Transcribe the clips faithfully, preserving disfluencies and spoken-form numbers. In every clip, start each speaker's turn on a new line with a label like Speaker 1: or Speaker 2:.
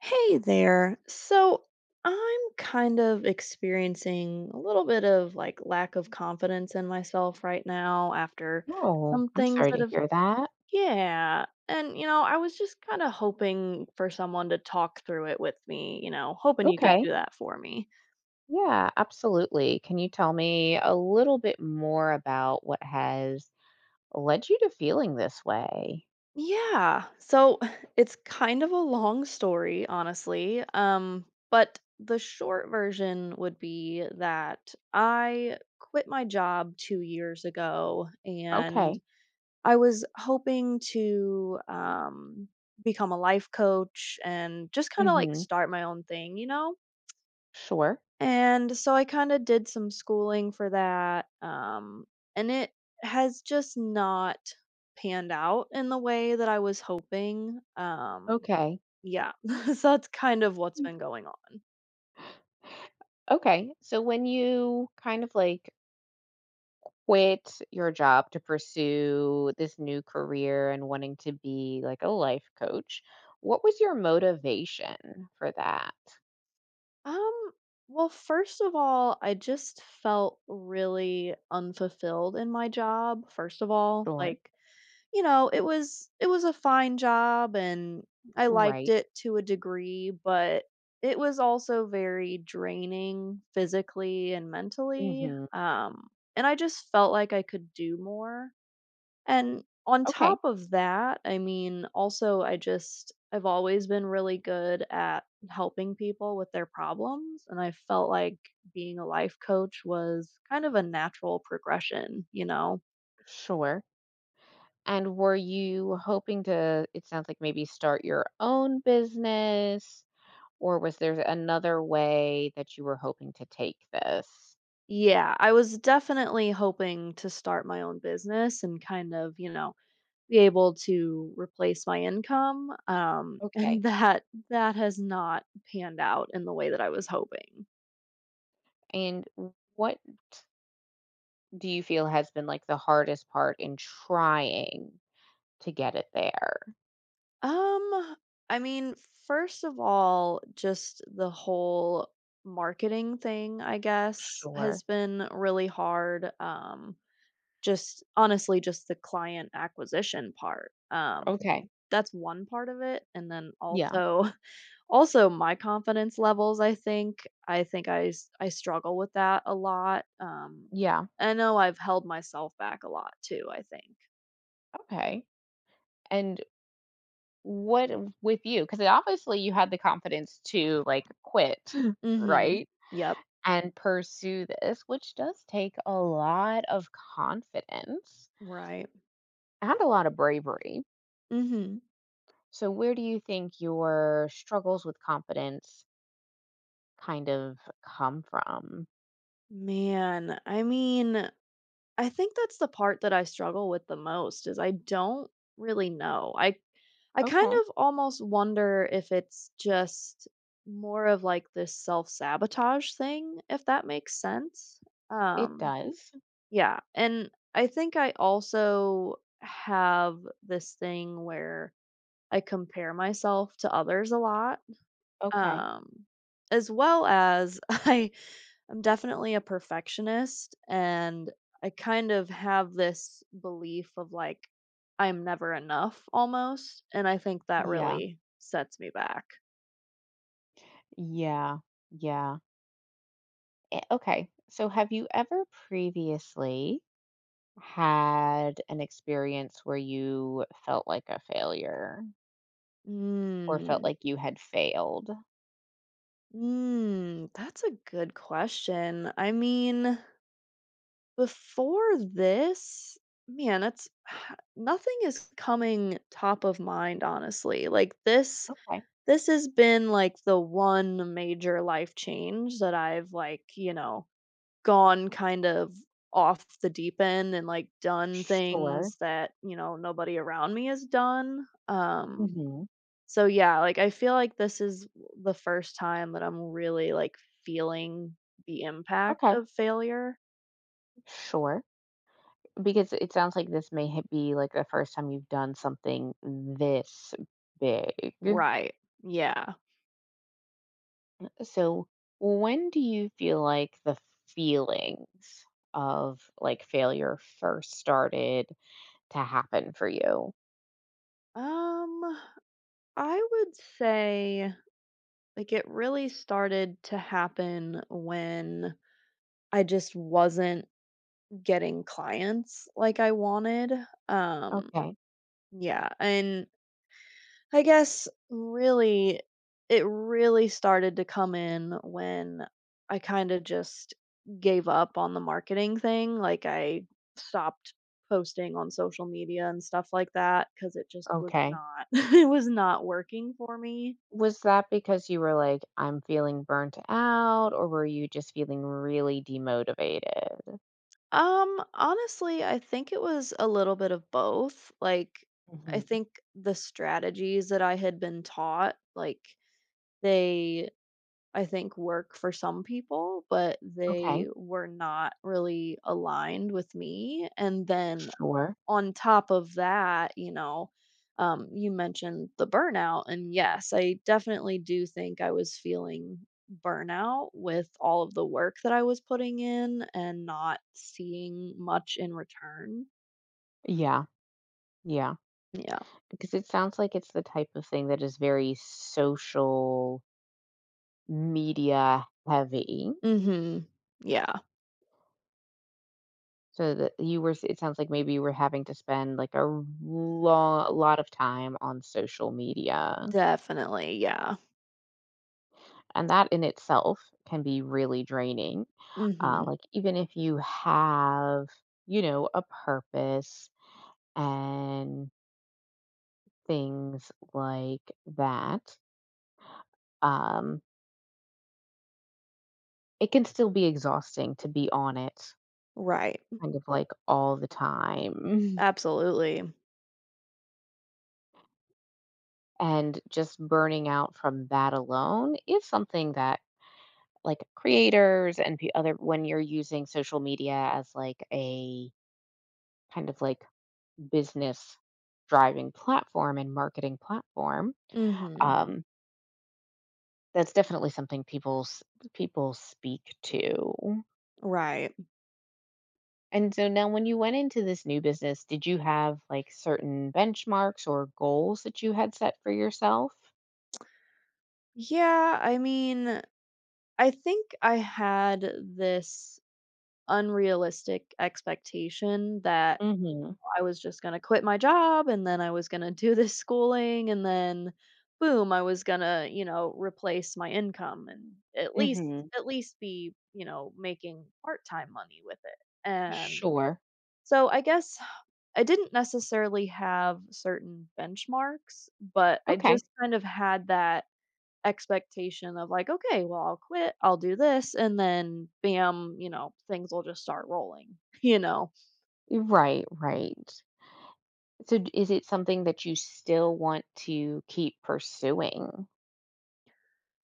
Speaker 1: Hey there. So I'm kind of experiencing a little bit of like lack of confidence in myself right now after
Speaker 2: Oh,
Speaker 1: some
Speaker 2: I'm
Speaker 1: things
Speaker 2: sorry
Speaker 1: that
Speaker 2: to
Speaker 1: have,
Speaker 2: hear that.
Speaker 1: yeah. And, you know, I was just kind of hoping for someone to talk through it with me, you know, hoping you could
Speaker 2: Okay.
Speaker 1: do that for me.
Speaker 2: Yeah, absolutely. Can you tell me a little bit more about what has led you to feeling this way?
Speaker 1: Yeah. So it's kind of a long story, honestly. Um, but the short version would be that I quit my job two years ago and
Speaker 2: Okay.
Speaker 1: I was hoping to um, become a life coach and just kind of like
Speaker 2: Mm-hmm.
Speaker 1: start my own thing, you know?
Speaker 2: Sure.
Speaker 1: And so I kinda did some schooling for that, um, and it has just not panned out in the way that I was hoping, um,
Speaker 2: Okay.
Speaker 1: yeah, so that's kind of what's
Speaker 2: Mm.
Speaker 1: been going on.
Speaker 2: Okay. So when you kind of like quit your job to pursue this new career and wanting to be like a life coach, what was your motivation for that?
Speaker 1: Um, well, first of all, I just felt really unfulfilled in my job, first of all,
Speaker 2: Sure.
Speaker 1: like, You know, it was it was a fine job and I liked
Speaker 2: Right.
Speaker 1: it to a degree, but it was also very draining physically and mentally,
Speaker 2: Mm-hmm.
Speaker 1: um, and I just felt like I could do more, and on
Speaker 2: Okay.
Speaker 1: top of that, I mean, also, I just I've always been really good at helping people with their problems, and I felt like being a life coach was kind of a natural progression, you know?
Speaker 2: Sure. And were you hoping to, it sounds like, maybe start your own business, or was there another way that you were hoping to take this?
Speaker 1: Yeah, I was definitely hoping to start my own business and kind of, you know, be able to replace my income. Um,
Speaker 2: Okay.
Speaker 1: and that that has not panned out in the way that I was hoping.
Speaker 2: And what do you feel has been like the hardest part in trying to get it there?
Speaker 1: Um, I mean, first of all, just the whole marketing thing, I guess, has
Speaker 2: Sure.
Speaker 1: been really hard. Um, just honestly, just the client acquisition part. Um,
Speaker 2: Okay.
Speaker 1: that's one part of it. And then
Speaker 2: Yeah.
Speaker 1: also Also, my confidence levels, I think I think I s I struggle with that a lot, um,
Speaker 2: Yeah.
Speaker 1: I know I've held myself back a lot too, I think.
Speaker 2: Okay. And what w- with you? Because obviously you had the confidence to like quit,
Speaker 1: Mhm.
Speaker 2: right?
Speaker 1: Yep.
Speaker 2: And pursue this, which does take a lot of confidence
Speaker 1: Right.
Speaker 2: and a lot of bravery.
Speaker 1: Mhm.
Speaker 2: So, where do you think your struggles with confidence kind of come from?
Speaker 1: Man, I mean, I think that's the part that I struggle with the most is I don't really know. I I kind
Speaker 2: Okay,
Speaker 1: of almost wonder if it's just more of, like, this self-sabotage thing, if that makes sense?
Speaker 2: it
Speaker 1: Um
Speaker 2: does.
Speaker 1: Yeah, and I think I also have this thing where I compare myself to others a lot.
Speaker 2: Okay.
Speaker 1: Um as well as I am definitely a perfectionist and I kind of have this belief of like I'm never enough almost, and I think that
Speaker 2: Yeah.
Speaker 1: really sets me back.
Speaker 2: Yeah. Yeah. Eh, Okay. So, have you ever previously had an experience where you felt like a failure or felt
Speaker 1: Mm.
Speaker 2: like you had failed?
Speaker 1: Mm, that's a good question. I mean before this, man, that's nothing is coming top of mind, honestly. Like this
Speaker 2: Okay.
Speaker 1: this has been like the one major life change that I've like, you know, gone kind of off the deep end and like done
Speaker 2: Sure.
Speaker 1: things that, you know, nobody around me has done. Um so yeah, like I feel like this is the first time that I'm really like feeling the impact
Speaker 2: Okay,
Speaker 1: of failure.
Speaker 2: sure. Because it sounds like this may ha- be like the first time you've done something this big.
Speaker 1: Right. Yeah.
Speaker 2: So, when do you feel like the feelings of like failure first started to happen for you?
Speaker 1: Um, I would say like it really started to happen when I just wasn't getting clients like I wanted. Um,
Speaker 2: Okay,
Speaker 1: yeah, and I guess really it really started to come in when I kind of just gave up on the marketing thing, like I stopped posting on social media and stuff like that cuz it just was
Speaker 2: okay.
Speaker 1: not it was not working for me.
Speaker 2: Was that because you were like, I'm feeling burnt out, or were you just feeling really demotivated?
Speaker 1: Um, honestly, I think it was a little bit of both. Like, I
Speaker 2: Hmm.
Speaker 1: think the strategies that I had been taught, like, they, I think, work for some people, but
Speaker 2: Okay,
Speaker 1: they were not really aligned with me. And then
Speaker 2: sure.
Speaker 1: on top of that, you know, um, you mentioned the burnout. And yes, I definitely do think I was feeling burnout with all of the work that I was putting in and not seeing much in return.
Speaker 2: Yeah, yeah.
Speaker 1: Yeah.
Speaker 2: Because it sounds like it's the type of thing that is very social media heavy.
Speaker 1: Hmm. Yeah.
Speaker 2: So that you were, it sounds like maybe you were having to spend like a long, lot of time on social media.
Speaker 1: Definitely. Yeah.
Speaker 2: And that in itself can be really draining. Uh,
Speaker 1: Hmm.
Speaker 2: like, even if you have, you know, a purpose and things like that, um, it can still be exhausting to be on it
Speaker 1: Right.
Speaker 2: kind of like all the time.
Speaker 1: Absolutely.
Speaker 2: And just burning out from that alone is something that like creators and p- other, when you're using social media as like a kind of like business driving platform and marketing platform,
Speaker 1: Hmm.
Speaker 2: um, that's definitely something people s- people speak to.
Speaker 1: Right.
Speaker 2: And so now, when you went into this new business, did you have like certain benchmarks or goals that you had set for yourself?
Speaker 1: Yeah. I mean, I think I had this unrealistic expectation that
Speaker 2: Mhm.
Speaker 1: I was just gonna quit my job and then I was gonna do this schooling and then boom, I was gonna, you know, replace my income and at least
Speaker 2: Mhm.
Speaker 1: at least be, you know, making part-time money with it. And
Speaker 2: Sure.
Speaker 1: so I guess I didn't necessarily have certain benchmarks, but I
Speaker 2: Okay.
Speaker 1: just kind of had that expectation of like, okay, well, I'll quit, I'll do this, and then bam, you know, things will just start rolling, you know.
Speaker 2: Right, right. So d- is it something that you still want to keep pursuing?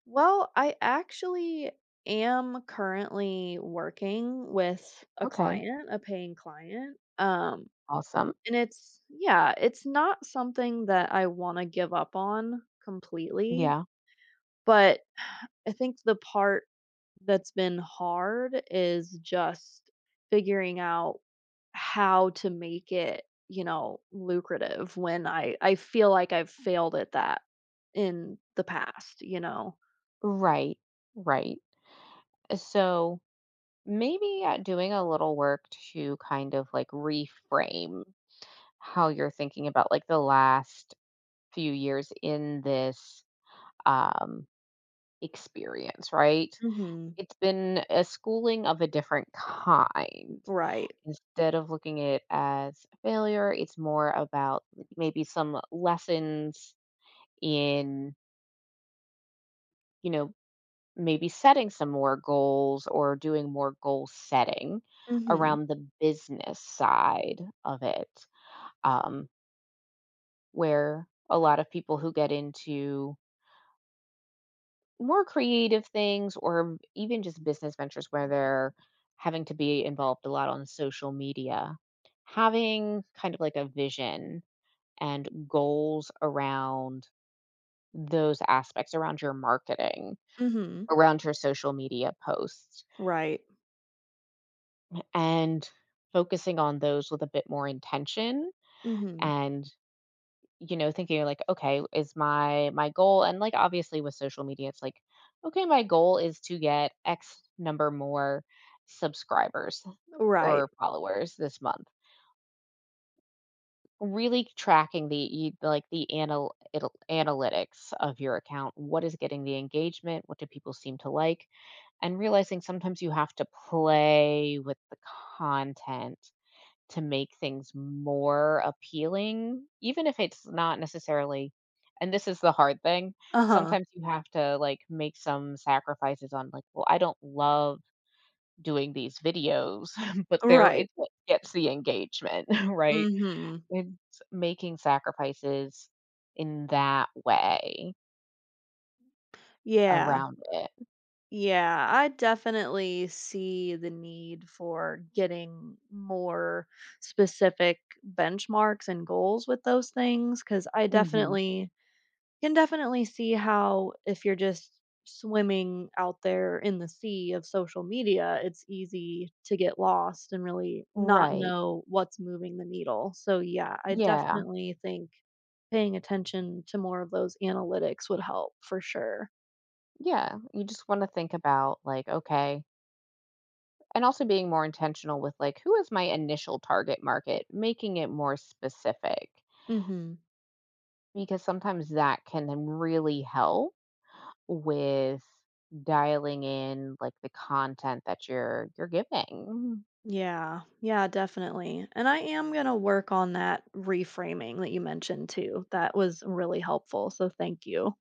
Speaker 1: Well, I actually am currently working with a
Speaker 2: Okay.
Speaker 1: client, a paying client. Um,
Speaker 2: Awesome.
Speaker 1: and it's, yeah, it's not something that I want to give up on completely.
Speaker 2: Yeah.
Speaker 1: But I think the part that's been hard is just figuring out how to make it, you know, lucrative when I, I feel like I've failed at that in the past, you know?
Speaker 2: Right. Right. Uh, So maybe uh, doing a little work to kind of like reframe how you're thinking about like the last few years in this um experience, right?
Speaker 1: Hmm.
Speaker 2: It's been a schooling of a different kind.
Speaker 1: Right.
Speaker 2: Instead of looking at it as a failure, it's more about maybe some lessons in, you know, maybe setting some more goals or doing more goal setting
Speaker 1: Mhm.
Speaker 2: around the business side of it, um, where a lot of people who get into more creative things, or even just business ventures where they're having to be involved a lot on social media, having kind of like a vision and goals around those aspects, around your marketing,
Speaker 1: Mhm.
Speaker 2: around your social media posts,
Speaker 1: Right.
Speaker 2: and focusing on those with a bit more intention.
Speaker 1: Mhm.
Speaker 2: And, you know, thinking like, okay, is my my goal, and like obviously with social media it's like, okay, my goal is to get x number more subscribers
Speaker 1: Right.
Speaker 2: or followers this month. Really tracking the, you like, the anal it'll analytics of your account. What is getting the engagement? What do people seem to like? And realizing sometimes you have to play with the content to make things more appealing, even if it's not necessarily, and this is the hard thing.
Speaker 1: Uh-huh.
Speaker 2: Sometimes you have to, like, make some sacrifices on, like, "Well, I don't love doing these videos," but there are
Speaker 1: Right.
Speaker 2: it's what gets the engagement, right?
Speaker 1: Mhm.
Speaker 2: It's making sacrifices in that way
Speaker 1: Yeah.
Speaker 2: around it.
Speaker 1: Yeah, I definitely see the need for getting more specific benchmarks and goals with those things, because I
Speaker 2: Mhm.
Speaker 1: definitely Can definitely see how if you're just swimming out there in the sea of social media, it's easy to get lost and really not
Speaker 2: Right.
Speaker 1: know what's moving the needle. So, yeah, I
Speaker 2: Yeah.
Speaker 1: definitely think paying attention to more of those analytics would help for sure.
Speaker 2: Yeah. You just wanna think about, like, okay, and also being more intentional with, like, who is my initial target market? Making it more specific,
Speaker 1: Mhm.
Speaker 2: because sometimes that can then really help with dialing in, like, the content that you're you're giving.
Speaker 1: Yeah. Yeah, definitely. And I am going to work on that reframing that you mentioned too. That was really helpful. So, thank you.